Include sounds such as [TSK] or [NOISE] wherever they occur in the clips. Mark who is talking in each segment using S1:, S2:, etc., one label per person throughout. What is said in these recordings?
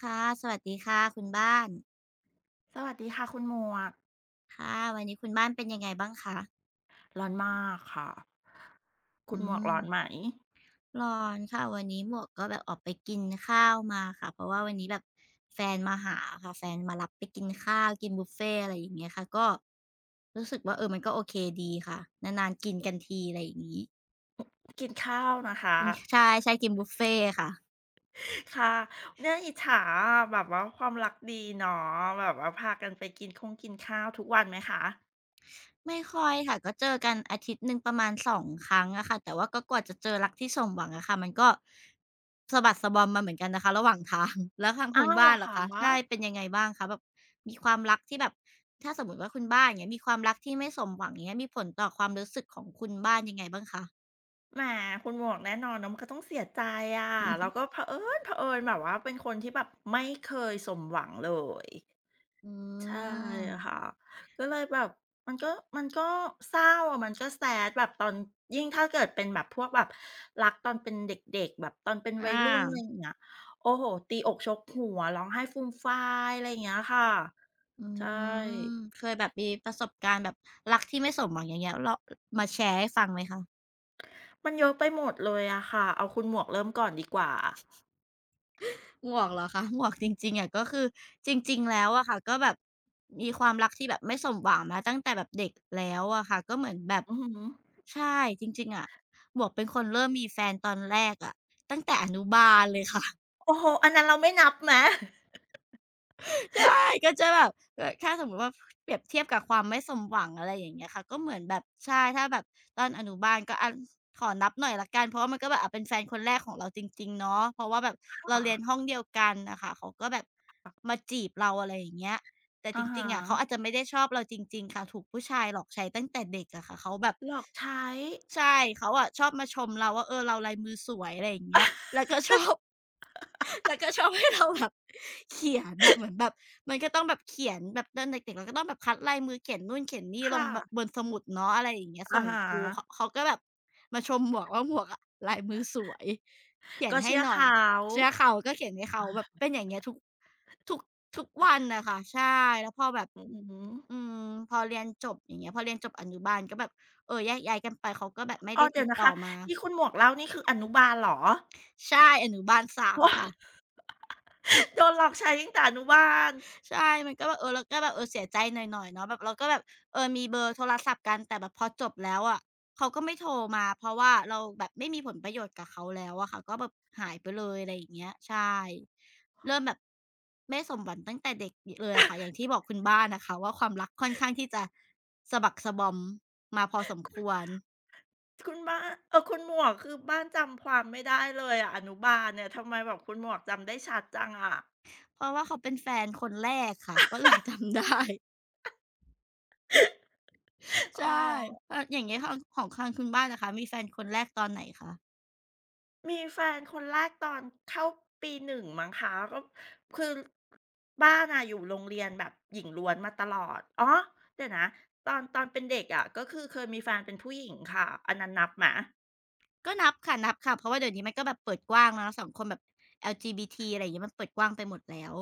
S1: ค่ะสวัสดีค่ะคุณบ้าน
S2: สวัสดีค่ะคุณหมวก
S1: ค่ะวันนี้คุณบ้านเป็นยังไงบ้างคะ
S2: ร้อนมากค่ะคุ
S1: อื
S2: ณหมวกร้อนไหม
S1: มร้อนค่ะวันนี้หมวกก็แบบออกไปกินข้าวมาค่ะเพราะว่าวันนี้แบบแฟนมาหาค่ะแฟนมารับไปกินข้าวกินบุฟเฟต์อะไรอย่างเงี้ยค่ะก็รู้สึกว่าเออมันก็โอเคดีค่ะนานๆกินกันทีอะไรอย่างงี้
S2: กินข้าวนะคะ
S1: ใช่ใช่ๆกินบุฟเฟต์ค่ะ
S2: [LAUGHS] ค่ะเนี่ยอิจฉาอะแบบว่าความรักดีเนาะแบบว่าพากันไปกินคงกินข้าวทุกวันไหมคะ
S1: ไม่ค่อยค่ะก็เจอกันอาทิตย์หนึ่งประมาณ2ครั้งอะค่ะแต่ว่าก็กว่าจะเจอรักที่สมหวังอะค่ะมันก็สะบัดสะบอมมาเหมือนกันนะคะระหว่างทาง [LAUGHS] แล้วทาง
S2: อ้า
S1: คุณ
S2: วเหร
S1: บ้า
S2: อ
S1: นล่ะ
S2: คะ
S1: คะใช่เป็นยังไงบ้างคะแบบมีความรักที่แบบถ้าสมมุติว่าคุณบ้านอย่างเงี้ยมีความรักที่ไม่สมหวังอย่างเงี้ยมีผลต่อความรู้สึกของคุณบ้านยังไงบ้างคะ
S2: แหมคุณหมวกแน่นอนเนาะมันก็ต้องเสียใจอะแล้ว
S1: [LAUGHS]
S2: ก็เผอิญแบบว่าเป็นคนที่แบบไม่เคยสมหวังเลย
S1: อื
S2: ใช่
S1: ม
S2: ค่ะก็เลยแบบมันก็มันก็เศร้าอะมันก็ sad แบบตอนยิ่งถ้าเกิดเป็นแบบพวกแบบรักตอนเป็นเด็กๆแบบตอนเป็น
S1: อ
S2: วัยรุ่นอะไร
S1: า
S2: อย่างเงี้ยโอ้โฮตีอกชกหัวร้องไห้ฟูมฟายอะไรอย่างเงี้ยค่ะ
S1: อื
S2: ใช
S1: ม
S2: ่
S1: เคยแบบมีประสบการณ์แบบรักที่ไม่สมหวังอย่างเงี้ยลมาแชร์ให้ฟังไหมคะ
S2: มันเยอะไปหมดเลยอะค่ะเอาคุณหมวกเริ่มก่อนดีกว่า
S1: หมวกเหรอคะหมวกจริงๆอะก็คือจริงๆแล้วอะค่ะก็แบบมีความรักที่แบบไม่สมหวังมาตั้งแต่แบบเด็กแล้วอะค่ะก็เหมือนแบบ
S2: อือฮึ
S1: ใช่จริงๆอะหมวกเป็นคนเริ่มมีแฟนตอนแรกอะตั้งแต่อนุบาลเลยค่ะ
S2: โอ้โฮอันนั้นเราไม่นับไหม
S1: ใช่ก็จะแบบถ้าสมมุติว่าเปรียบเทียบกับความไม่สมหวังอะไรอย่างเงี้ยค่ะก็เหมือนแบบใช่ถ้าแบบตอนอนุบาลก็อะขอนับหน่อยแล้วกันเพราะว่ามันก็แบบเป็นแฟนคนแรกของเราจริงๆเนาะเพราะว่าแบบเรา
S2: ค่ะ
S1: เรียนห้องเดียวกันน่ะค่ะเขาก็แบบมาจีบเราอะไรอย่างเงี้ยแต่จ
S2: อะ
S1: ริ
S2: ฮะ
S1: งๆอะเขาอาจจะไม่ได้ชอบเราจริงๆค่ะถูกผู้ชายหลอกใช้ตั้งแต่เด็กอะค่ะเขาแบบ
S2: หลอกใช้
S1: ใช่เขาอะชอบมาชมเราว่าเออเราลายมือสวยอะไรอย่างเงี้ยแล้วก็ [LAUGHS] ชอบ แล้วก็ชอบให้เราแบบเขียนแบบเหมือนแบบมันก็ต้องแบบเขียนแบบตอนเด็กๆเราก็ต้องแบบคัดลายมือเขียนนู่นเขียนนี่
S2: ค
S1: ลงแบบบ
S2: ่ะ
S1: นสมุดเนาะอะไรอย่างเงี้ย
S2: อะ
S1: ส่ง
S2: ฮะ
S1: ครูเขาเขาก็แบบมาชมหมวกว่าหมวกอะลายมือสวยเขีย
S2: ก็
S1: นให้
S2: เชื่อ
S1: หน่อย
S2: เขา
S1: เสื้อเขาก็เขียนให้เขาแบบเป็นอย่างเงี้ยทุกทุกวันน่ะค่ะใช่แล้วพอแบบ
S2: อือฮึ
S1: อืมพอเรียนจบอย่างเงี้ยพอเรียนจบอนุบาลก็แบบเออแยกย้ายกันไปเขาก็แบบไม่
S2: อ้อ
S1: ได้
S2: เดี๋
S1: ติ
S2: ยว
S1: ด
S2: นะ
S1: ต่อ
S2: คะ
S1: มา
S2: ที่คุณหมวกเล่านี่คืออนุบาลเหรอ
S1: ใช่อนุบาลสามค่ะ
S2: โดนหลอกใช้ตั้งแต่อนุบาล
S1: ใช่ มันก็แบบเออเราก็แบบเออเสียใจหน่อยๆเนาะแบบเราก็แบบเออมีเบอร์โทรศัพท์กันแต่แบบพอจบแล้วอะเขาก็ไม่โทรมาเพราะว่าเราแบบไม่มีผลประโยชน์กับเขาแล้วอะค่ะก็แบบหายไปเลยอะไรอย่างเงี้ยใช่เริ่มแบบไม่สมหวังตั้งแต่เด็กยเลยอะค่ะอย่างที่บอกคุณบ้านอะค่ะว่าความรักค่อนข้างที่จะสะบักสะบอมมาพอสมควร
S2: คุณบ้านเออคุณหมวกคือบ้านจำความไม่ได้เลยอะอนุบาลเนี่ยทำไมแบบคุณหมวกจำได้ชัดจังอะ
S1: เพราะว่าเขาเป็นแฟนคนแรกค่ะ [LAUGHS] ก็เลยจำได้
S2: อ้
S1: ใช่
S2: อ
S1: เอออย่างงี้ทางของทางคุณบ้านล่ะคะมีแฟนคนแรกตอนไหนคะ
S2: มีแฟนคนแรกตอนเข้าปีหนึ่งมั้งคะก็คือบ้านน่ะอยู่โรงเรียนแบบหญิงล้วนมาตลอดอ๋อเดี๋ยวนะตอนเป็นเด็กอะก็คือเคยมีแฟนเป็นผู้หญิงค่ะอันนั้นนับไหม
S1: ก็นับค่ะนับค่ะเพราะว่าเดี๋ยวนี้มันก็แบบเปิดกว้างแล้วเนาะสังคมแบบ LGBT อะไรอย่างเงี้ยมันเปิดกว้างไปหมดแล้ว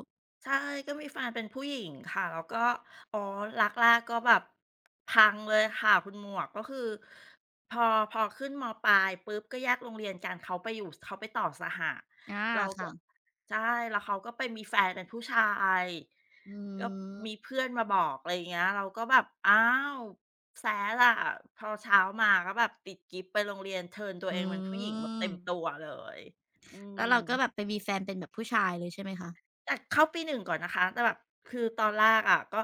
S2: ใช่ก็มีแฟนเป็นผู้หญิงค่ะแล้วก็อ๋อรักแรกก็แบบพังเลยค่ะคุณหมวกก็คือพอพอขึ้นมปลายปุ๊บก็แยกโรงเรียนกันเขาไปอยู่เขาไปต่อสห
S1: อา
S2: เราก็
S1: ค่ะ
S2: ใช่แล้วเขาก็ไปมีแฟนเป็นผู้ชาย
S1: อื
S2: ก็
S1: ม
S2: มีเพื่อนมาบอกอะไรอย่างเงี้ยเราก็แบบอ้าวแซ้ล่ะพอเช้ามาก็แบบติดกิ๊บไปโรงเรียนเทิร์นตัวเอ
S1: อื
S2: งเป็นผู้หญิงแบบเต็
S1: ม
S2: มตัวเลยอื
S1: แล้วเราก็แบบ
S2: ม
S1: ไปมีแฟนเป็นแบบผู้ชายเลยใช่ไหมคะ
S2: แต่เข้าปีหนึ่งก่อนนะคะแต่แบบคือตอนแรกอะก็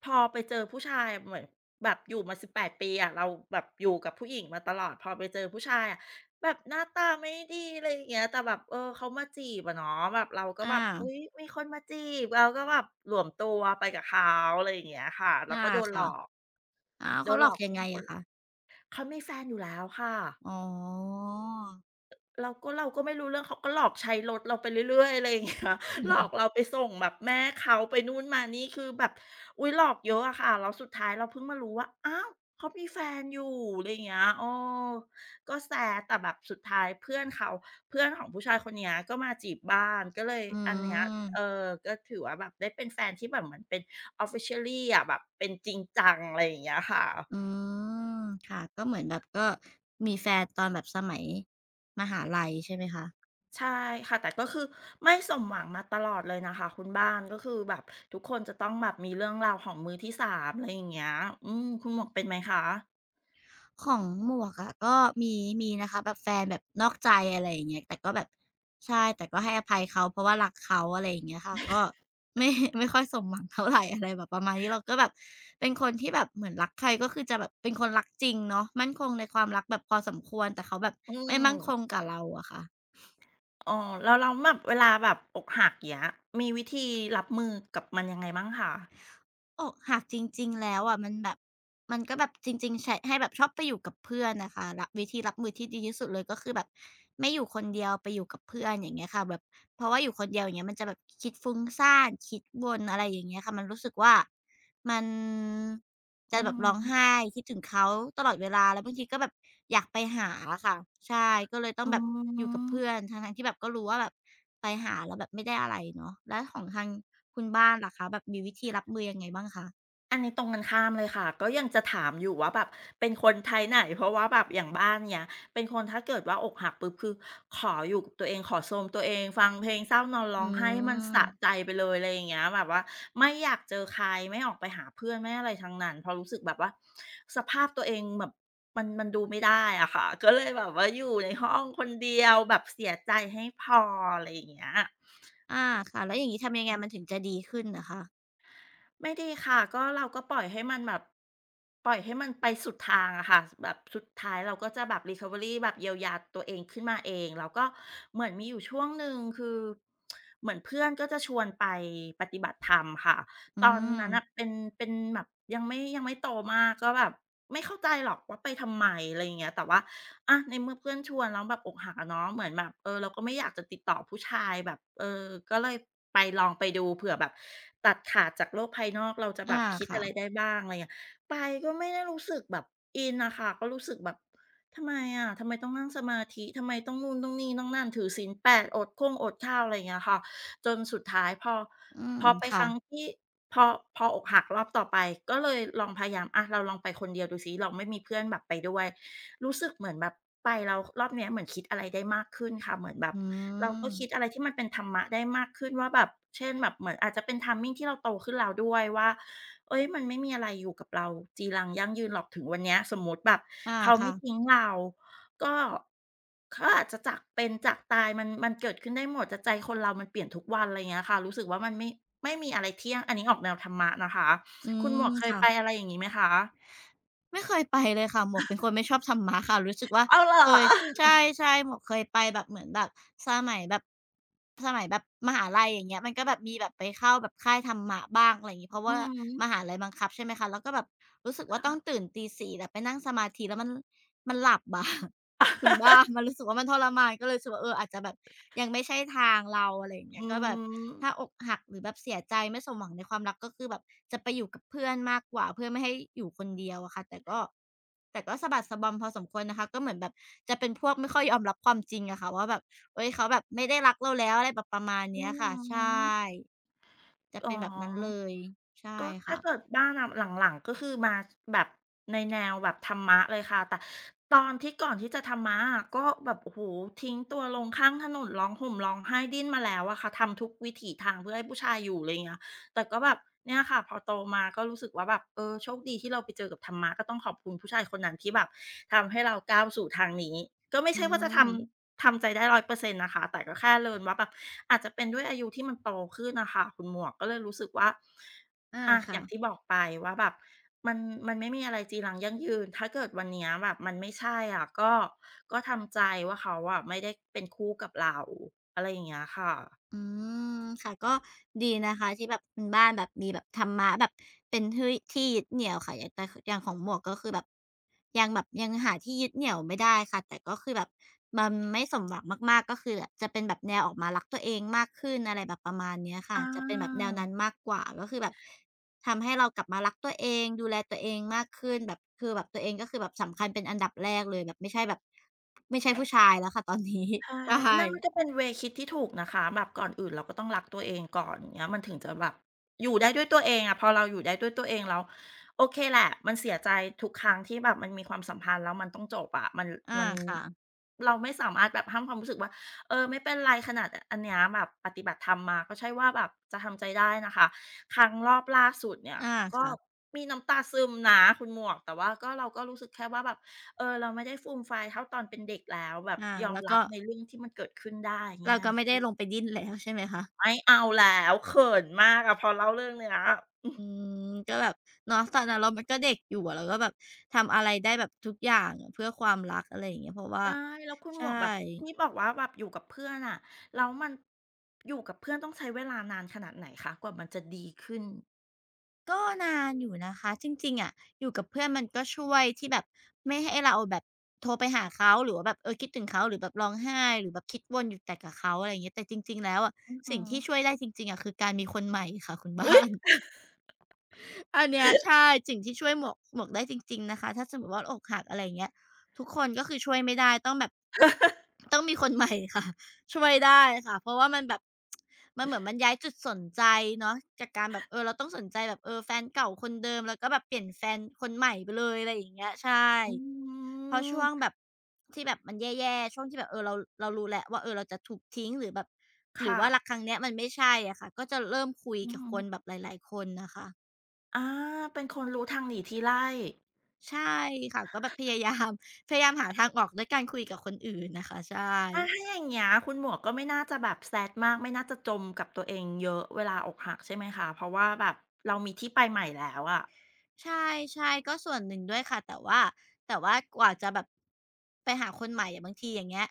S2: พอไปเจอผู้ชายเหมือนแบบอยู่มา18ปดปีอะเราแบบอยู่กับผู้หญิงมาตลอดพอไปเจอผู้ชายอะแบบหน้าตาไม่ดีอะไรอย่างเงี้ยแต่แบบเออเขามาจีบอะเนาะแบบเราก็แบ
S1: อา
S2: บอุ๊ยมีคนมาจีบเราก็แบบหลวมตัวไปกับเขาอะไรอย่างเงี้ยค่ะแล้วก็
S1: อา
S2: โดนหลอ
S1: ค่ะ
S2: ก
S1: อ้าว
S2: โด
S1: เขา
S2: น
S1: หล
S2: หล
S1: อ
S2: อ
S1: ก
S2: ก
S1: ยังไงอะ
S2: [UNINTELLIGIBLE]
S1: คะ
S2: เขามีแฟนอยู่แล้วค่ะ
S1: อ๋อ
S2: เราก็ไม่รู้เรื่องเขาก็หลอกใช้รถเราไปเรื่อยๆอะไรอย่างเงี้ย
S1: อื
S2: [LAUGHS] หลอก
S1: ม
S2: เราไปส่งแบบแม่เขาไปนู่นมานี่คือแบบอุ๊ยหลอกเยอะอะค่ะแล้วสุดท้ายเราเพิ่งมารู้ว่าอ้าวเขามีแฟนอยู่อะไรอย่างเงี้ยเออก็แซดแต่แบบสุดท้ายเพื่อนเขาเพื่อนของผู้ชายคนเนี้ยก็มาจีบบ้านก็เลยอันเนี้ยเออก็ถือว่าแบบได้เป็นแฟนที่แบบเหมือนเป็น officially อะแบบเป็นจริงจังอะไรอย่างเงี้ยค่ะ
S1: อืมค่ะก็เหมือนแบบก็มีแฟนตอนแบบสมัยมหาลัยใช่ไหมคะ
S2: ใช่ค่ะแต่ก็คือไม่สมหวังมาตลอดเลยนะคะคุณบ้านก็คือแบบทุกคนจะต้องแบบมีเรื่องราวของมือที่สามอะไรอย่างเงี้ยอืมคุณหมวกเป็นไหมคะ
S1: ของหมวกอะก็มีมีนะคะแบบแฟนแบบนอกใจอะไรอย่างเงี้ยแต่ก็แบบใช่แต่ก็ให้อภัยเขาเพราะว่ารักเขาอะไรอย่างเงี้ยค่ะก็ไม่ [LAUGHS] ไม่ค่อยสมหวังเท่าไรอะไรแบบประมาณนี้เราก็แบบเป็นคนที่แบบเหมือนรักใครก็คือจะแบบเป็นคนรักจริงเนาะมั่นคงในความรักแบบพอสมควรแต่เขาแบบ
S2: อืม
S1: ไม่มั่นคงกับเราอะค่ะ
S2: อ๋อแล้วแบบเวลาแบบอกหักเงี้ยมีวิธีรับมือกับมันยังไงบ้างคะ
S1: อกหักจริงๆ แล้วอะมันแบบมันก็แบบจริงๆแชะให้แบบชอบไปอยู่กับเพื่อนน่ะค่ะรับวิธีรับมือที่ดีที่สุดเลยก็คือแบบไม่อยู่คนเดียวไปอยู่กับเพื่อนอย่างเงี้ยค่ะแบบเพราะว่าอยู่คนเดียวอย่างเงี้ยมันจะแบบคิดฟุ้งซ่านคิดวนอะไรอย่างเงี้ยค่ะมันรู้สึกว่า มันจะ
S2: อือ
S1: แบ
S2: ฮ
S1: บร้องไห้
S2: ึ
S1: คิดถึงเขาตลอดเวลาแล้วบางทีก็แบบอยากไปหาอะค่ะใช่ก็เลยต้อ
S2: อื
S1: งแบบอยู่กับเพื่อ
S2: ม
S1: นทั้งๆที่แบบก็รู้ว่าแบบไปหาแล้วแบบไม่ได้อะไรเนาะแล้วของทางคุณบ้านล่ะคะแบบมีวิธีรับมือยังไงบ้างคะ
S2: อันนี้ตรงกันข้ามเลยค่ะก็ยังจะถามอยู่ว่าแบบเป็นคนไทยไหนเพราะว่าแบบอย่างบ้านเนี่ยเป็นคนถ้าเกิดว่าอกหักปุ๊บคือขออยู่กับตัวเองขอโทรมตัวเองฟังเพลงเศร้านอนร้
S1: อื
S2: องไห้ให้มัน
S1: ม
S2: สะใจไปเลยอะไรอย่างเงี้ยแบบว่าไม่อยากเจอใครไม่ออกไปหาเพื่อนไม่อะไรทั้งนั้นเพราะรู้สึกแบบว่าสภาพตัวเองแบบมันดูไม่ได้อะค่ะก็เลยแบบว่าอยู่ในห้องคนเดียวแบบเสียใจให้พออะไรอย่างเงี้ย
S1: อาค่ะแล้วอย่างงี้ทำยังไงมันถึงจะดีขึ้นเะคะ
S2: ไม่ดีค่ะก็เราก็ปล่อยให้มันแบบปล่อยให้มันไปสุดทางอะค่ะแบบสุดท้ายเราก็จะแบบ recovery แบบเยียวยาตัวเองขึ้นมาเองแล้วก็เหมือนมีอยู่ช่วงหนึ่งคือเหมือนเพื่อนก็จะชวนไปปฏิบัติธรรมค่ะ
S1: อื
S2: ตอน
S1: ม
S2: นั้นน่ะเป็นเป็นแบบยังไม่โตมากก็แบบไม่เข้าใจหรอกว่าไปทำไมอะไรอย่างเงี้ยแต่ว่า อะในเมื่อเพื่อนชวนแล้วแบบอกหักอะเนาะเหมือนแบบเราก็ไม่อยากจะติดต่อผู้ชายแบบก็เลยไปลองไปดูเผื่อแบบตัดขาดจากโลกภายนอกเราจะแบ
S1: อา
S2: บคิดอะ
S1: ค่ะ
S2: ไรได้บ้างอะไรเงี้ยไปก็ไม่ได้รู้สึกแบบอินน่ะค่ะก็รู้สึกแบบทำไมอะทำไมต้องนั่งสมาธิทำไมต้องนู่นต้องนี่ต้องนั่นถือศีลแปดอดค้งอดข้าวอะไรอย่างเงี้ยค่ะจนสุดท้ายพอ
S1: อืม
S2: พอไปค
S1: ค่ะ
S2: รั้งที่พอพออกหักรอบต่อไปก็เลยลองพยายามอะเราลองไปคนเดียวดูซิเราไม่มีเพื่อนแบบไปด้วย รู้สึกเหมือนแบบไปแล้วรอบเนี้ยเหมือนคิดอะไรได้มากขึ้นค่ะเหมือนแบบ
S1: อื
S2: เราก็
S1: ม
S2: คิดอะไรที่มันเป็นธรรมะได้มากขึ้นว่าแบบเช่นแบบเหมือนอาจจะเป็น timing ที่เราโตขึ้นแล้วด้วยว่าเฮ้ยมันไม่มีอะไรอยู่กับเราจีรังยั่งยืนหรอกถึงวันเนี้ยสมมุติแบบ
S1: อา
S2: เขาไม่
S1: ค่ะ
S2: ทิ้งเราก็เขาอาจจะจากเป็นจากตายมันเกิดขึ้นได้หมดแต่ใจคนเรามันเปลี่ยนทุกวันอะไรอย่างเงี้ยค่ะรู้สึกว่ามันไม่มีอะไรเที่ยงอันนี้ออกแนวธรรมะนะคะ
S1: อื
S2: คุณหมว
S1: ม
S2: กเคย
S1: ค่ะ
S2: ไปอะไรอย่างงี้ไหมคะ
S1: ไม่เคยไปเลยค่ะหมวกเป็นคนไม่ชอบธรรมะค่ะรู้สึกว่า
S2: อ้าวเหรอ
S1: เคยใช่ๆหมวกเคยไปแบบเหมือนแบบสมัยแบบสมัยแบบมหาลัยอย่างเงี้ยมันก็แบบมีแบบไปเข้าแบบค่ายธรรมะบ้างอะไรอย่างงี้เพราะ
S2: อือ
S1: ว่า
S2: ฮึ
S1: มหาลัยบังคับใช่ไหมคะแล้วก็แบบรู้สึกว่าต้
S2: ค่ะ
S1: องตื่นตี4แบบไปนั่งสมาธิแล้วมันหลับอะ คุณบ้ามันรู้สึกว่ามันทรมานก็เลยรู้สึกว่าเอออาจจะแบบยังไม่ใช่ทางเราอะไรอย่างเงี้ย
S2: อื
S1: ก็แบบถ้าอ
S2: ม
S1: กหักหรือแบบเสียใจไม่สมหวังในความรักก็คือแบบจะไปอยู่กับเพื่อนมากกว่าเพื่อไม่ให้อยู่คนเดียวอะค่ะแต่ก็แต่ก็สะบัดสะบอมพอสมควรนะคะก็เหมือนแบบจะเป็นพวกไม่ค่อยยอมรับความจริงอะค่ะว่าแบบเฮ้ยเขาแบบไม่ได้รักเราแล้วอะไรแบบประมาณ
S2: อื
S1: เนี้
S2: อ
S1: ยค่ะใช
S2: ฮึ
S1: ่จะ
S2: อ๋อ
S1: เป็นแบบนั้นเลยใช่
S2: ก็ถ้า
S1: ค่ะ
S2: เกิดบ้านอะหลังๆก็คือมาแบบในแนวแบบธรรมะเลยค่ะแต่ตอนที่ก่อนที่จะธรรมะอะก็แบบโอ้โฮทิ้งตัวลงข้างถนนร้องห่มร้องไห้ดิ้นมาแล้วอะค่ะทำทุกวิถีทางเพื่อให้ผู้ชายอยู่อะไรอย่างเงี้ยแต่ก็แบบเนี่ยค่ะพอโตมาก็รู้สึกว่าแบบโชคดีที่เราไปเจอกับธรรมะก็ต้องขอบคุณผู้ชายคนนั้นที่แบบทำให้เราก้าวสู่ทางนี้ก็ไม่
S1: อื
S2: ใช่ว่าจะท
S1: ม
S2: ำทำใจได้100%นต์นะคะแต่ก็แค่เลิร์นว่าแบบอาจจะเป็นด้วยอายุที่มันโตขึ้นน่ะค่ะคุณหมวกก็เลยรู้สึกว่า
S1: อา
S2: อะอ
S1: ค่ะ
S2: ย่างที่บอกไปว่าแบบมันมันไม่มีอะไรจีรังยั่งยืนถ้าเกิดวันเนี้ยแบบมันไม่ใช่อะก็ทำใจว่าเขาอะไม่ได้เป็นคู่กับเราอะไรอย่างเงี้ยค่ะ
S1: อืมค่ะก็ดีนะคะที่แบบคุณบ้านแบบมีแบบธรรมะแบบเป็นที่ที่ยึดเหนี่ยวค่ะอย่างแต่อย่างของหมวกก็คือแบบยังแบบยังหาที่ยึดเหนี่ยวไม่ได้ค่ะแต่ก็คือแบบมันไม่สมหวังมากๆก็คือจะเป็นแบบแนวออกมารักตัวเองมากขึ้นอะไรแบบประมาณเนี้ยค่ะ
S2: อา
S1: จะเป็นแบบแนวนั้นมากกว่าก็คือแบบทำให้เรากลับมารักตัวเองดูแลตัวเองมากขึ้นแบบคือแบบตัวเองก็คือแบบสำคัญเป็นอันดับแรกเลยแบบไม่ใช่แบบไม่ใช่ผู้ชายแล้วค่ะตอนนี้
S2: ใช่
S1: [LAUGHS] ใ
S2: นั่นมันก็
S1: ช่
S2: เป็นเวย์คิดที่ถูกนะคะแบบก่อนอื่นเราก็ต้องรักตัวเองก่อนอย่างเงี้ยมันถึงจะแบบอยู่ได้ด้วยตัวเองอะพอเราอยู่ได้ด้วยตัวเองแล้วโอเคแหละมันเสียใจทุกครั้งที่แบบมันมีความสัมพันธ์แล้วมันต้องจบอะมัน
S1: อา
S2: มัน
S1: ค่ะ
S2: เราไม่สามารถแบบห้ามความรู้สึกว่าไม่เป็นไรขนาดอันเนี้ยแบบปฏิบัติธรรมมาก็ใช่ว่าแบบจะทำใจได้นะคะครั้งรอบล่าสุดเนี่ย
S1: อา
S2: ก็
S1: ค่ะ
S2: มีน้ำตาซึมนะคุณหมวกแต่ว่าก็เราก็รู้สึกแค่ว่าแบบ เราไม่ได้ฟูมฟายเท่าตอนเป็นเด็กแล้วแบบ
S1: อา
S2: ยอม
S1: แล้ว
S2: รับ
S1: ก็
S2: ในเรื่องที่มันเกิดขึ้นได้
S1: เรา
S2: ง่าย
S1: ก็ไม่ได้
S2: ขึ้น
S1: ลงไปดิ้นแล้วใช่ไหมคะ
S2: ไม่เอาแล้วเขินมากอะพอเล่าเรื่องเนี้ย
S1: อืมก็แบบเนาะตอนนั้นเรามันก็เด็กอยู่อะเราก็แบบทำอะไรได้แบบทุกอย่างเพื่อความรักอะไรอย่างเงี้ยเพราะว่า
S2: ใช่แล้วคุณหม
S1: ใช่
S2: วกแบบที่บอกว่าแบบอยู่กับเพื่อนอะแล้วมันอยู่กับเพื่อนต้องใช้เวลานานขนาดไหนคะกว่ามันจะดีขึ้น
S1: ก็นานอยู่นะคะจริงๆอะอยู่กับเพื่อนมันก็ช่วยที่แบบไม่ให้เราแบบโทรไปหาเขาหรือว่าแบบเออคิดถึงเขาหรือแบบร้องไห้หรือแบบคิดวนอยู่แต่กับเขาอะไรอย่างเงี้ยแต่จริงๆแล้วอะ
S2: อือฮึ
S1: สิ่งที่ช่วยได้จริงๆอะคือการมีคนใหม่ค่ะคุณ [LAUGHS]
S2: อุ๊
S1: บ้า
S2: ย
S1: น อันเนี้ยใช่สิ่งที่ช่วยหมวกได้จริงๆนะคะถ้าสมมุติว่าอกหักอะไรอย่างเงี้ยทุกคนก็คือช่วยไม่ได้ต้องแบบต้องมีคนใหม่ค่ะ [LAUGHS] ช่วยได้ค่ะเพราะว่ามันแบบมันเหมือนมันย้ายจุดสนใจเนาะจากการแบบเออเราต้องสนใจแบบเออแฟนเก่าคนเดิมแล้วก็แบบเปลี่ยนแฟนคนใหม่ไปเลยอะไรอย่างเงี้ยใช่
S2: อื
S1: เพราะช่วง
S2: ม
S1: แบบที่แบบมันแย่ๆช่วงที่แบบเออเรารู้แล้วว่าเออเราจะถูกทิ้งหรือแบบหรือ
S2: ค่ะ
S1: ว่ารักครั้งเนี้ยมันไม่ใช่อะค่ะก็จะเริ่มคุย
S2: อือ
S1: กับ
S2: ฮึ
S1: คนแบบหลายๆคนนะคะ
S2: อาเป็นคนรู้ทางหนีทีไล่
S1: ใช่ค่ะก็แบบพยายามพยายามหาทางออกด้วยการคุยกับคนอื่นนะคะใช่
S2: อาถ้าอย่างเงี้ยคุณหมวกก็ไม่น่าจะแบบแซดมากไม่น่าจะจมกับตัวเองเยอะเวลาอกหักใช่ไหมคะเพราะว่าแบบเรามีที่ไปใหม่แล้วอะ
S1: ใช่ๆก็ส่วนหนึ่งด้วยค่ะแต่ว่าแต่ว่ากว่าจะแบบไปหาคนใหม่อะบางทีอย่างเงี้ย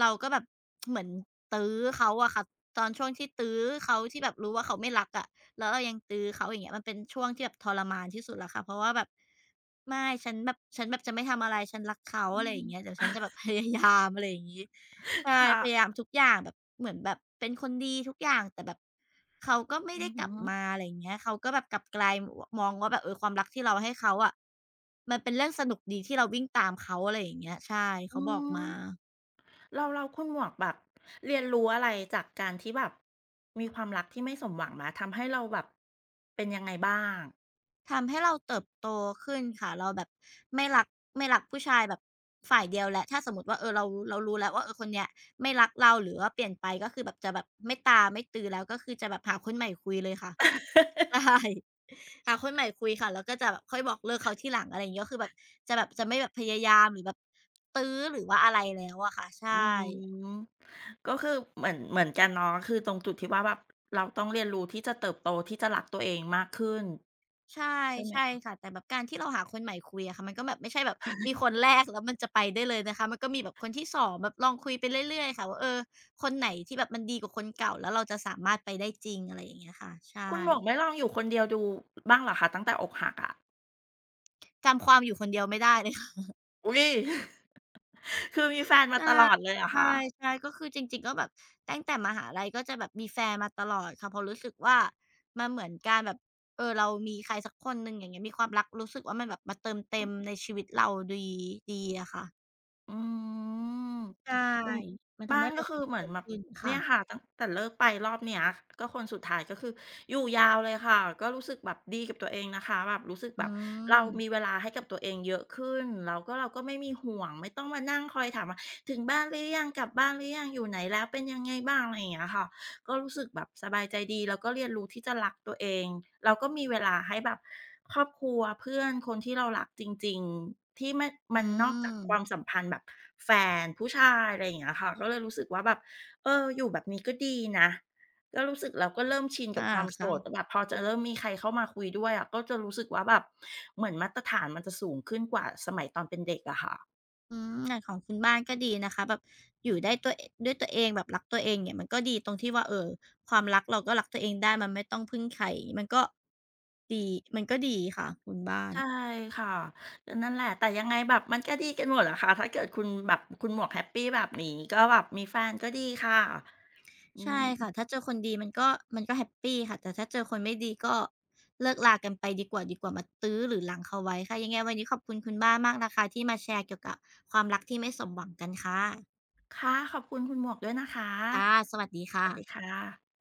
S1: เราก็แบบ [TSK] เหมือนตื้อเขาอะค่ะตอนช่วงที่ตื้อเขาที่แบบรู้ว่าเขาไม่รักอะแล้วเรายังตื้อเขาอย่างเงี้ยมันเป็นช่วงที่แบบทรมานที่สุดละค่ะเพราะว่าแบบไม่ฉันแบบฉันแบบจะไม่ทำอะไรฉันรักเขา
S2: อื
S1: อะไรอ
S2: ม
S1: ย่างเงี้ยเดี๋ยวฉันจะแบบพยายามอะไรอย่างงี้
S2: [LAUGHS]
S1: ใช่
S2: ค่ะ
S1: พยายามทุกอย่างแบบเหมือนแบบเป็นคนดีทุกอย่างแต่แบบเขาก็ไม่
S2: อื
S1: ได้
S2: อ
S1: ก
S2: ฮึ
S1: ลับมาอะไรอย่างเงี้ยเขาก็แบบกลับกลายมองว่าแบบเออความรักที่เราให้เขาอะมันเป็นเรื่องสนุกดีที่เราวิ่งตามเขาอะไรอย่างเงี้ยใช่
S2: อื
S1: เขาบอกมา
S2: ม้วคุณหมวกแบบเรียนรู้อะไรจากการที่แบบมีความรักที่ไม่สมหวังมาทำให้เราแบบเป็นยังไงบ้าง
S1: ทำให้เราเติบโตขึ้นค่ะเราแบบไม่รักไม่รักผู้ชายแบบฝ่ายเดียวแล้วถ้าสมมุติว่าเออเรารู้แล้วว่าเออคนเนี้ยไม่รักเราหรือว่าเปลี่ยนไปก็คือแบบจะแบบไม่ตามไม่ตือแล้วก็คือจะแบบหาคนใหม่คุยเลยค่ะ [LAUGHS]
S2: [LAUGHS]
S1: ใช่หาคนใหม่คุยค่ะแล้วก็จะแบบค่อยบอกเลิกเขาทีหลังอะไรอย่างงี้ก็คือแบบจะแบบจะไม่แบบพยายามหรือแบบตื้อหรือว่าอะไรแล้วอะค่ะใช่
S2: อืมก็คือเหมือนกันเนาะคือตรงจุดที่ว่าแบบเราต้องเรียนรู้ที่จะเติบโตที่จะรักตัวเองมากขึ้น
S1: ใช่
S2: ใช่ไห
S1: ใช่
S2: ม
S1: ค่ะแต่แบบการที่เราหาคนใหม่คุยอะค่ะมันก็แบบไม่ใช่แบบมีคนแรกแล้วมันจะไปได้เลยนะคะมันก็มีแบบคนที่2แบบลองคุยไปเรื่อยๆค่ะว่าเออคนไหนที่แบบมันดีกว่าคนเก่าแล้วเราจะสามารถไปได้จริงอะไรอย่างเงี้ยค่ะใช่
S2: คุณหมวกไม่ลองอยู่คนเดียวดูบ้างเหรอคะตั้งแต่อกหักอะ
S1: จำความอยู่คนเดียวไม่ได้เลยค่ะ
S2: อุ๊ย [LAUGHS] คือมีแฟนมาตลอ
S1: [LAUGHS]
S2: ดเลยเหรอคะ
S1: ใช่ใช่ๆก็คือจริงๆก็แบบตั้งแต่มหาลัยก็จะแบบมีแฟนมาตลอดค่ะเพราะรู้สึกว่ามันเหมือนการแบบเออเรามีใครสักคนหนึ่งอย่างเงี้ยมีความรักรู้สึกว่ามันแบบมาเติมเต็มในชีวิตเราดีดีอะค่ะ
S2: อืม
S1: ใช่
S2: อืม
S1: มัน
S2: บ้า
S1: ทำ
S2: น
S1: ให้
S2: ก็
S1: เรา
S2: คือ
S1: เติบ
S2: เห
S1: โต
S2: มือนแบบ
S1: ขึ้นค่ะ
S2: เนี่ยค่ะตั้งแต่เลิกไปรอบเนี้ยก็คนสุดท้ายก็คืออยู่ยาวเลยค่ะก็รู้สึกแบบดีกับตัวเองนะคะแบบรู้สึก
S1: อื
S2: แบบเรา
S1: ม
S2: มีเวลาให้กับตัวเองเยอะขึ้นแล้วก็เราก็ไม่มีห่วงไม่ต้องมานั่งคอยถามว่าถึงบ้านหรือยังกลับบ้านหรือยังอยู่ไหนแล้วเป็นยังไงบ้างอะไรอย่างเงี้ยค่ะ ก็รู้สึกแบบสบายใจดีแล้วก็เรียนรู้ที่จะรักตัวเองแล้วก็มีเวลาให้แบบครอบครัวเพื่อนคนที่เรารักจริงๆที่ไม่
S1: อื
S2: มันนอกจาก
S1: ม
S2: ความสัมพันธ์แบบแฟนผู้ชายอะไรอย่างเงี้ยค่ะก็เลยรู้สึกว่าแบบอยู่แบบนี้ก็ดีนะก็รู้สึกเราก็เริ่มชินกับ
S1: อา
S2: ความโส
S1: ค่ะ
S2: ดแต่แบบพอจะเริ่มมีใครเข้ามาคุยด้วยอะก็จะรู้สึกว่าแบบเหมือนมาตรฐานมันจะสูงขึ้นกว่าสมัยตอนเป็นเด็กอะค่ะ
S1: อืมอย่างของคุณบ้านก็ดีนะคะแบบอยู่ได้ตัวเอด้วยตัวเองแบบรักตัวเองเนี่ยมันก็ดีตรงที่ว่าเอ่อความรักเราก็รักตัวเองได้ มันไม่ต้องพึ่งใครมันก็ดีมันก็ดีค่ะคุณบ้าน
S2: ใช่ค่ะนั่นแหละแต่ยังไงแบบมันก็ดีกันหมดอะค่ะถ้าเกิดคุณแบบคุณหมวกแฮปปี้แบบนี้ก็แบบมีแฟนก็ดีค่ะอื
S1: ใช่
S2: ม
S1: ค่ะถ้าเจอคนดีมันก็แฮปปีค่ะแต่ถ้าเจอคนไม่ดีก็เลิกลากันไปดีกว่ามาตื้อหรือรั้งเขาไว้ค่ะ ยังไงวันนี้ขอบคุณคุณบ้านมากนะคะที่มาแชร์เกี่ยวกับความรักที่ไม่สมหวังกันค่ะ
S2: ค่ะขอบคุณคุณหมวกด้วยนะคะ
S1: ค่ะสวัสดี
S2: สวัสดีค่
S1: ค่ะ
S2: ะ